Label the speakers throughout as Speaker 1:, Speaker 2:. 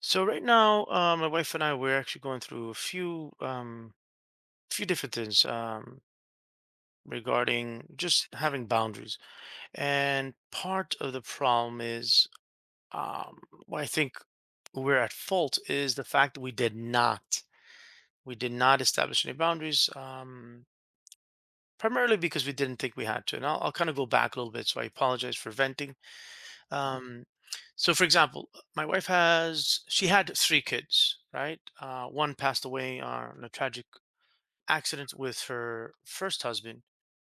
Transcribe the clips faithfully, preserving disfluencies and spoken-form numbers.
Speaker 1: So right now, uh, my wife and I we're actually going through a few um, few different things, um, regarding just having boundaries. And part of the problem is, um, what I think we're at fault is the fact that we did not we did not establish any boundaries. Um, primarily because we didn't think we had to. And I'll, I'll kind of go back a little bit. So I apologize for venting.
Speaker 2: Mhm.
Speaker 1: Um, so, for example, my wife has she had three kids, right? Uh, one passed away uh, in a tragic accident with her first husband.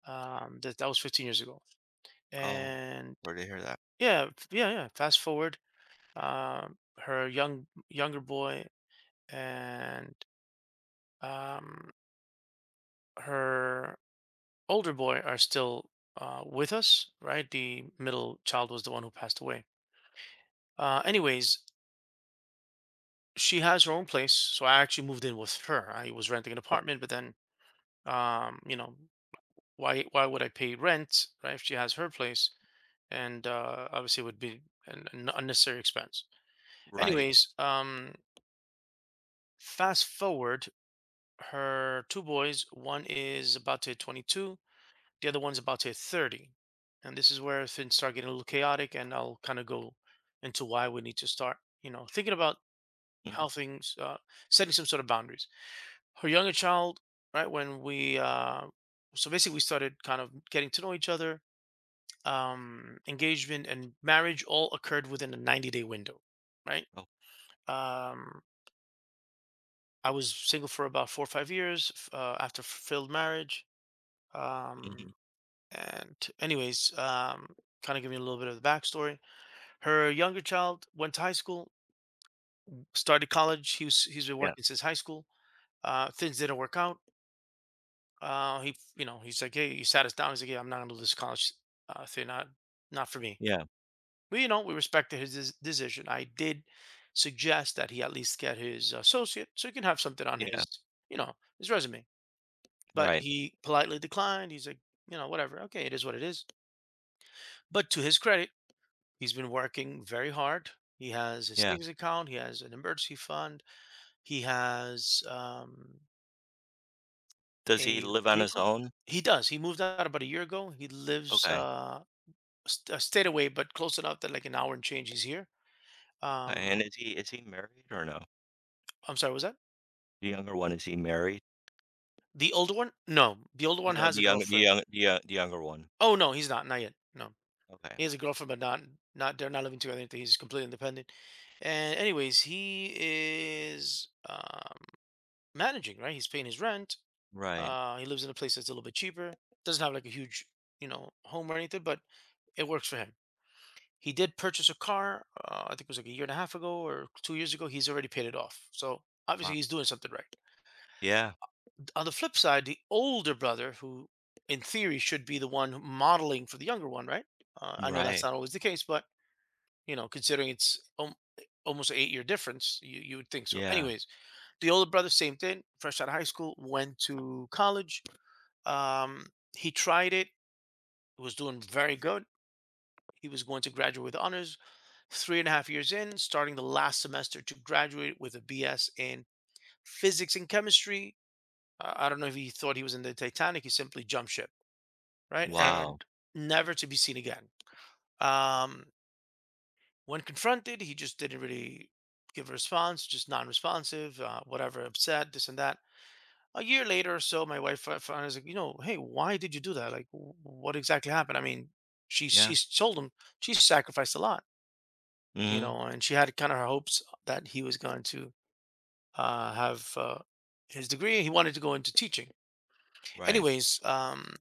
Speaker 1: Um, that that was fifteen years ago.
Speaker 2: Oh,
Speaker 1: And
Speaker 2: sorry to hear that.
Speaker 1: yeah, f- yeah, yeah. Fast forward, um, her young younger boy and, um, her older boy are still uh, with us, right? The middle child was the one who passed away. Uh, anyways, she has her own place, so I actually moved in with her. I was renting an apartment, but then, um, you know, why why would I pay rent, right? If she has her place, and uh, obviously it would be an, an unnecessary expense.
Speaker 2: Right.
Speaker 1: Anyways, um, fast forward, her two boys. One is about to hit twenty-two. The other one's about to hit thirty. And this is where things start getting a little chaotic, and I'll kind of go into why we need to start, you know, thinking about how
Speaker 2: Mhm.
Speaker 1: things, uh, setting some sort of boundaries. Her younger child, right when we uh, so basically we started kind of getting to know each other. Um, engagement and marriage all occurred within a ninety day window, right?
Speaker 2: Oh,
Speaker 1: Um, I was single for about four or five years f- uh, after fulfilled marriage.
Speaker 2: mhm.
Speaker 1: Um, and anyways, um, Kind of giving you a little bit of the backstory. Her younger child went to high school, started college. He was he's been
Speaker 2: Yeah,
Speaker 1: working since high school. Uh, things didn't work out. Uh, he, you know, he's like, hey, he sat us down. He's like, yeah, I'm not gonna do this college uh, thing. Not, not for me.
Speaker 2: yeah,
Speaker 1: We, you know, we respected his des- decision. I did suggest that he at least get his associate, so he can have something on
Speaker 2: yeah,
Speaker 1: his, you know, his resume. But
Speaker 2: right,
Speaker 1: he politely declined. He's like, you know, whatever. Okay, it is what it is. But to his credit, he's been working very hard. He has his
Speaker 2: yeah.
Speaker 1: savings account. He has an emergency fund. He has, um,
Speaker 2: Does he
Speaker 1: a
Speaker 2: live on his
Speaker 1: vehicle.
Speaker 2: own?
Speaker 1: He does. He moved out about a year ago. He lives
Speaker 2: Okay,
Speaker 1: uh, st- uh, stayed away, but close enough that like an hour and change he's here.
Speaker 2: okay, and
Speaker 1: Um,
Speaker 2: is he is he married or no?
Speaker 1: I'm sorry, was that
Speaker 2: The younger one, is he married?
Speaker 1: the older one? No, the older one
Speaker 2: No,
Speaker 1: has
Speaker 2: the
Speaker 1: a
Speaker 2: younger the
Speaker 1: girlfriend.
Speaker 2: young the young the younger one.
Speaker 1: Oh no, he's not, not yet. No,
Speaker 2: Okay.
Speaker 1: he has a girlfriend, but not, not, they're not living together. Anything. He's completely independent. And anyways, he is, um, managing, right? He's paying his rent.
Speaker 2: Right.
Speaker 1: Uh, he lives in a place that's a little bit cheaper. Doesn't have like a huge, you know, home or anything, but it works for him. He did purchase a car, uh, I think it was like a year and a half ago or two years ago, he's already paid it off. So, obviously
Speaker 2: Wow.
Speaker 1: he's doing something right.
Speaker 2: Yeah,
Speaker 1: On the flip side, the older brother who in theory should be the one modeling for the younger one, right? Uh, I know that's
Speaker 2: right.
Speaker 1: not always the case, but you know, considering it's al- almost an eight-year difference, you you would think so.
Speaker 2: Yeah.
Speaker 1: Anyways, the older brother same thing, fresh out of high school, went to college. Um, he tried it, was doing very good. He was going to graduate with honors. Three and a half years in, starting the last semester to graduate with a B S in physics and chemistry. Uh, I don't know if he thought he was in the Titanic. He simply jumped ship, right?
Speaker 2: Wow.
Speaker 1: And never to be seen again. Um, when confronted, he just didn't really give a response, just non responsive, uh, whatever, upset, this and that. A year later or so, my wife fi- finally was like, you know, hey, why did you do that? Like, wh- what exactly happened? I mean, she
Speaker 2: Yeah.
Speaker 1: she's told him she sacrificed a lot, you
Speaker 2: Mhm.
Speaker 1: know, and she had kind of her hopes that he was going to uh, have uh, his degree. He wanted to go into teaching.
Speaker 2: Right.
Speaker 1: Anyways, um,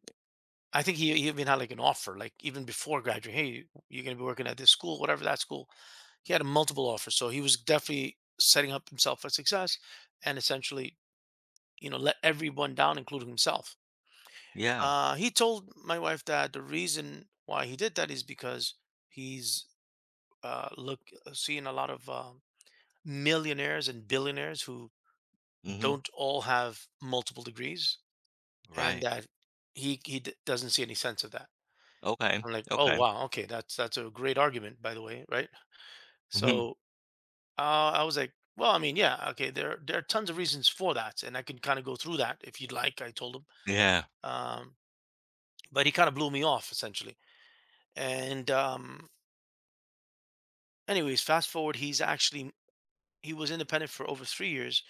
Speaker 1: I think he, he even had like an offer, like even before graduating, hey, you're going to be working at this school, whatever that school. He had a multiple offer, so he was definitely setting up himself for success, and essentially, you know, let everyone down, including himself.
Speaker 2: Yeah.
Speaker 1: Uh, he told my wife that the reason why he did that is because he's uh, look uh, seeing a lot of, um millionaires and billionaires who
Speaker 2: Mhm.
Speaker 1: don't all have multiple degrees and
Speaker 2: Right.
Speaker 1: that he he d- doesn't see any sense of that.
Speaker 2: Okay.
Speaker 1: I'm like, oh
Speaker 2: Okay.
Speaker 1: wow, okay, that's that's a great argument, by the way, right?
Speaker 2: Mhm.
Speaker 1: So uh, I was like, well, I mean, yeah, okay, there there are tons of reasons for that, and I can kind of go through that if you'd like, I told him.
Speaker 2: Yeah.
Speaker 1: um, but he kind of blew me off essentially. And, um, anyways, fast forward, he's actually, he was independent for over three years,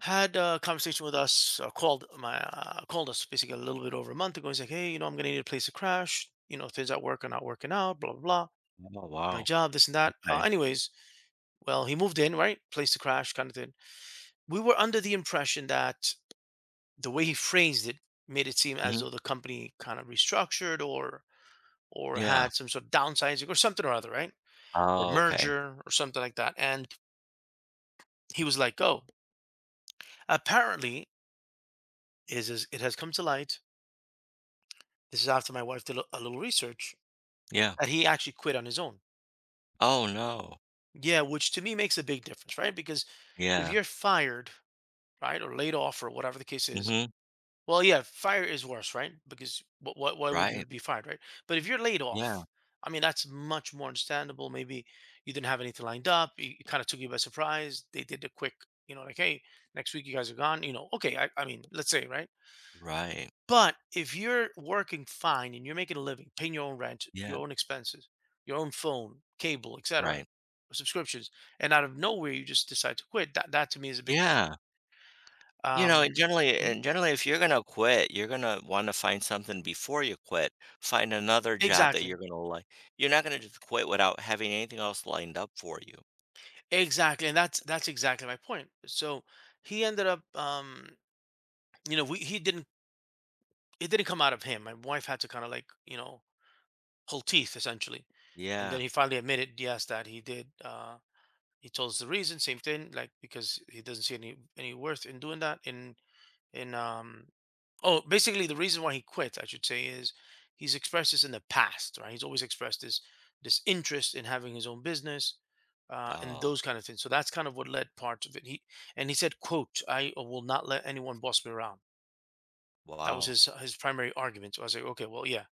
Speaker 1: had a conversation with us, uh, called my uh, called us basically a little bit over a month ago. He's like, hey, you know, I'm gonna need a place to crash. You know, things at work are not working out. Blah blah blah.
Speaker 2: Oh,
Speaker 1: My
Speaker 2: wow.
Speaker 1: job, this and that. Uh,
Speaker 2: Okay.
Speaker 1: anyways, well, he moved in, right? Place to crash, kind of thing. We were under the impression that the way he phrased it made it seem as though
Speaker 2: Mhm.
Speaker 1: the company kind of restructured or or
Speaker 2: Yeah.
Speaker 1: had some sort of downsizing or something or other, right? Or
Speaker 2: Oh, okay.
Speaker 1: merger or something like that. And he was like, oh, apparently, is is it has come to light, this is after my wife did a a little research,
Speaker 2: Yeah.
Speaker 1: that he actually quit on his own.
Speaker 2: Oh, no.
Speaker 1: Yeah, which to me makes a big difference, right? Because if
Speaker 2: Yeah.
Speaker 1: you're fired, right, or laid off or whatever the case is,
Speaker 2: Mhm.
Speaker 1: well, yeah, fire is worse, right? Because what, why why would
Speaker 2: Right.
Speaker 1: you be fired, right? But if you're laid
Speaker 2: Yeah.
Speaker 1: off, I mean, that's much more understandable. Maybe you didn't have anything lined up. You, you kind of took you by surprise. They did a quick, you know, like, hey, next week you guys are gone. You know, okay. I, I mean, let's say, right?
Speaker 2: Right.
Speaker 1: But if you're working fine and you're making a living, paying your own rent,
Speaker 2: Yeah.
Speaker 1: your own expenses, your own phone, cable, et cetera,
Speaker 2: Right.
Speaker 1: subscriptions, and out of nowhere you just decide to quit, that that to me is a big difference.
Speaker 2: Yeah. You know,
Speaker 1: Um,
Speaker 2: and generally
Speaker 1: mhm.
Speaker 2: and generally, if you're gonna quit, you're gonna wanna find something before you quit. Find another job that
Speaker 1: Exactly,
Speaker 2: you're gonna like. You're not gonna just quit without having anything else lined up for you.
Speaker 1: exactly, and that's that's exactly my point. So he ended up, um, you know, we he didn't, it didn't come out of him. My wife had to kind of like, you know, pull teeth essentially, and
Speaker 2: Yeah.
Speaker 1: then he finally admitted yes that he did. Uh, he told us the reason, same thing, like because he doesn't see any any worth in doing that, in in um oh basically the reason why he quit I should say is he's expressed this in the past, right? He's always expressed this, this interest in having his own business, uh, and
Speaker 2: Oh,
Speaker 1: those kind of things, so that's kind of what led part of it, he and he said quote, I will not let anyone boss me around. That was
Speaker 2: wow.
Speaker 1: his his primary argument. So I was like, okay, well, yeah,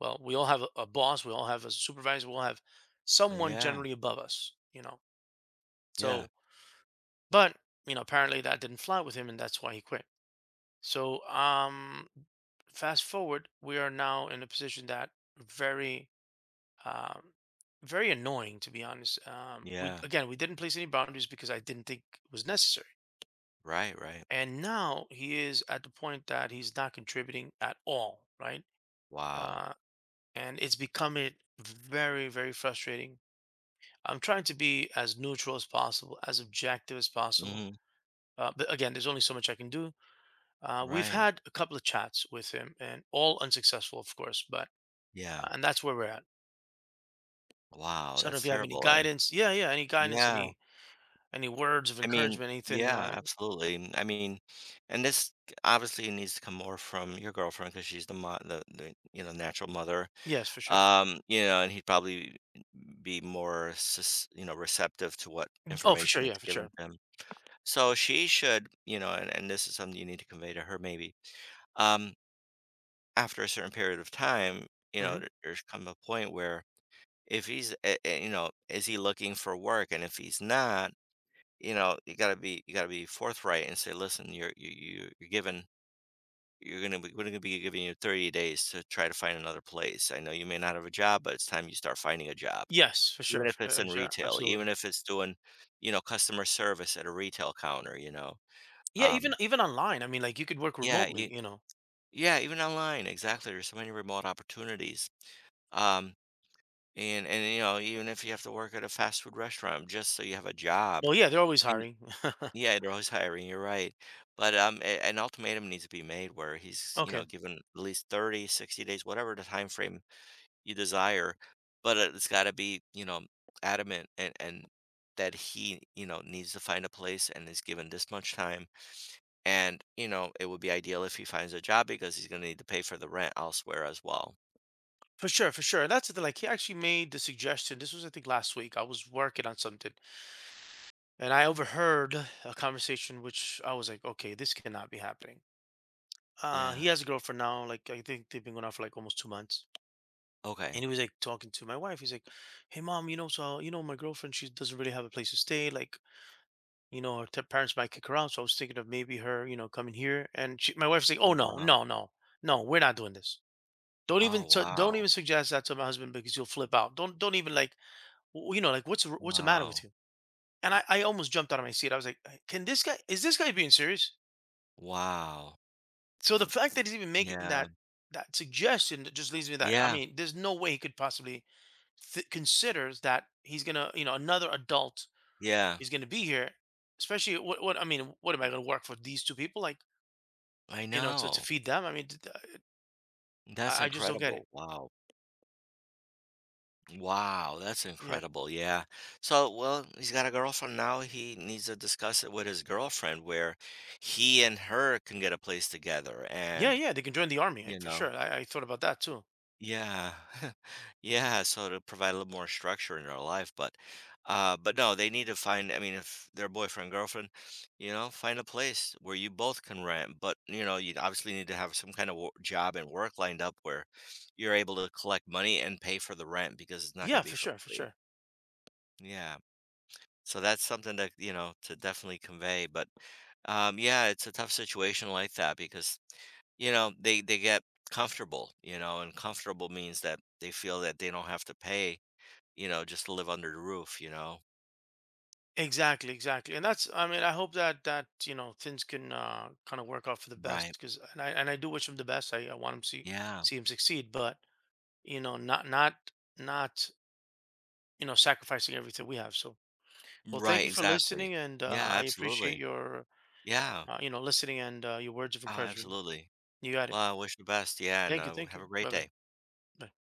Speaker 1: well, we all have a, a boss, we all have a supervisor, we all have someone
Speaker 2: Yeah.
Speaker 1: generally above us, you know.
Speaker 2: Yeah.
Speaker 1: So but, you know, apparently that didn't fly with him and that's why he quit. So, um, fast forward, we are now in a position that very, um, very annoying, to be honest. Um, we
Speaker 2: Yeah.
Speaker 1: Again, we didn't place any boundaries because I didn't think it was necessary.
Speaker 2: Right, right.
Speaker 1: And now he is at the point that he's not contributing at all, right?
Speaker 2: Wow.
Speaker 1: Uh, and it's becoming very, very frustrating. I'm trying to be as neutral as possible, as objective as possible.
Speaker 2: Mhm.
Speaker 1: Uh, but again, there's only so much I can do. Uh, we've
Speaker 2: Right.
Speaker 1: had a couple of chats with him, and all unsuccessful, of course. But
Speaker 2: Yeah.
Speaker 1: uh, and that's where we're at.
Speaker 2: Wow,
Speaker 1: So I don't know
Speaker 2: that's
Speaker 1: if you have any
Speaker 2: terrible. And
Speaker 1: guidance. Yeah, yeah. Any guidance?
Speaker 2: yeah,
Speaker 1: Any any words of
Speaker 2: I mean,
Speaker 1: encouragement? Anything?
Speaker 2: yeah,
Speaker 1: Uh,
Speaker 2: absolutely. I mean, and this obviously needs to come more from your girlfriend because she's the, mo- the the you know natural mother.
Speaker 1: yes, for sure.
Speaker 2: Um, you know, and he'd probably be more sus- you know receptive to what
Speaker 1: Oh, for sure.
Speaker 2: information is
Speaker 1: Yeah, for
Speaker 2: given
Speaker 1: sure.
Speaker 2: to him. So she should, you know, and, and this is something you need to convey to her maybe. Um, after a certain period of time, you know,
Speaker 1: Hmm.
Speaker 2: there- there's come a point where if he's, eh, eh, you know, is he looking for work, and if he's not you know, you gotta be you gotta be forthright and say, listen, you're you you- you're given you're gonna be we're gonna be giving you thirty days to try to find another place. I know you may not have a job, but it's time you start finding a job.
Speaker 1: Yes, for sure.
Speaker 2: Even if
Speaker 1: F-
Speaker 2: it's
Speaker 1: Uh,
Speaker 2: in
Speaker 1: for sure.
Speaker 2: retail,
Speaker 1: Absolutely.
Speaker 2: even if it's doing, you know, customer service at a retail counter, you know.
Speaker 1: Yeah, even
Speaker 2: Um,
Speaker 1: even online. I mean, like you could work
Speaker 2: yeah, you,
Speaker 1: remotely. You know.
Speaker 2: yeah, even online, exactly. There's so many remote opportunities. Um, and and you know, even if you have to work at a fast food restaurant just so you have a job,
Speaker 1: Well, yeah, they're always hiring.
Speaker 2: yeah, they're always hiring, you're right. But, um, a an ultimatum needs to be made where he's, you know,
Speaker 1: Okay,
Speaker 2: given at least thirty, sixty days, whatever the time frame you desire, but it- it's gotta be, you know, adamant and and that he, you know, needs to find a place and is given this much time, and, you know, it would be ideal if he finds a job because he's gonna need to pay for the rent elsewhere as well.
Speaker 1: for sure, for sure. And that's the thing. Like he actually made the suggestion. This was I think last week. I was working on something, and I overheard a conversation which I was like, okay, this cannot be happening. Uh, he
Speaker 2: Yeah.
Speaker 1: has a girlfriend now. Like I think they've been going out for like almost two months.
Speaker 2: Okay.
Speaker 1: And he was like talking to my wife. He's like, "Hey, mom, you know, so you know, my girlfriend, she doesn't really have a place to stay. Like, you know, her t- parents might kick her out. So I was thinking of maybe her, you know, coming here." And she, my wife's like, "Oh
Speaker 2: Oh,
Speaker 1: no,
Speaker 2: wow.
Speaker 1: no, no, no, we're not doing this. Don't even,
Speaker 2: Oh,
Speaker 1: su- don't even
Speaker 2: wow.
Speaker 1: suggest that to my husband because you'll flip out. Don't, don't even like, w- you know, like what's the, what's the matter with
Speaker 2: Wow.
Speaker 1: you?" And I, I almost jumped out of my seat. I was like, "Can this guy? Is this guy being serious?"
Speaker 2: Wow.
Speaker 1: So the fact that he's even making
Speaker 2: Yeah.
Speaker 1: that, that suggestion, that just leaves me that, I
Speaker 2: Yeah.
Speaker 1: mean, there's no way he could possibly th- considers that he's gonna, you know, another adult
Speaker 2: Yeah.
Speaker 1: is gonna be here. Especially what what, I mean, what am I gonna work for these two people? Like,
Speaker 2: I
Speaker 1: you know, to to
Speaker 2: know.
Speaker 1: feed them. I mean, d- d-
Speaker 2: That's
Speaker 1: I, I just don't get it.
Speaker 2: incredible. Wow. Wow, that's
Speaker 1: Yeah,
Speaker 2: incredible. Yeah. So, well, he's got a girlfriend now. He needs to discuss it with his girlfriend where he and her can get a place together
Speaker 1: yeah,
Speaker 2: and,
Speaker 1: yeah. They can join the army, eh,
Speaker 2: you
Speaker 1: for
Speaker 2: know.
Speaker 1: sure. I, I thought about that too.
Speaker 2: Yeah. Yeah, so to provide a little more structure in their life, but uh but no, they need to find. I mean, if they're boyfriend, girlfriend, you know, find a place where you both can rent, but you know, you obviously need to have some kind of wo- job and work lined up where you're able to collect money and pay for the rent because it's not going
Speaker 1: Yeah,
Speaker 2: to be
Speaker 1: for
Speaker 2: for
Speaker 1: sure, for
Speaker 2: free.
Speaker 1: sure.
Speaker 2: Yeah. So that's something that, you know, to definitely convey, but um yeah, it's a tough situation like that because you know they they get comfortable, you know, and comfortable means that they feel that they don't have to pay, you know, just to live under the roof, you know.
Speaker 1: Exactly, exactly. And that's, I mean, I hope that that you know things can uh, kind of work out for the
Speaker 2: Right.
Speaker 1: best, because, and I and I do wish him the best. I, I want him to see
Speaker 2: Yeah,
Speaker 1: see him succeed, but you know, not not not, you know, sacrificing everything we have. So, well, thank
Speaker 2: right,
Speaker 1: you for
Speaker 2: exactly.
Speaker 1: listening, and
Speaker 2: Yeah,
Speaker 1: uh, I appreciate
Speaker 2: absolutely.
Speaker 1: your
Speaker 2: Yeah.
Speaker 1: uh, you know listening and uh, your words of
Speaker 2: Oh,
Speaker 1: encouragement.
Speaker 2: absolutely.
Speaker 1: You got it.
Speaker 2: Well, I wish you the best. Yeah, and
Speaker 1: Thank you.
Speaker 2: uh,
Speaker 1: Thank
Speaker 2: have
Speaker 1: you.
Speaker 2: a great
Speaker 1: Bye bye.
Speaker 2: day.
Speaker 1: Bye.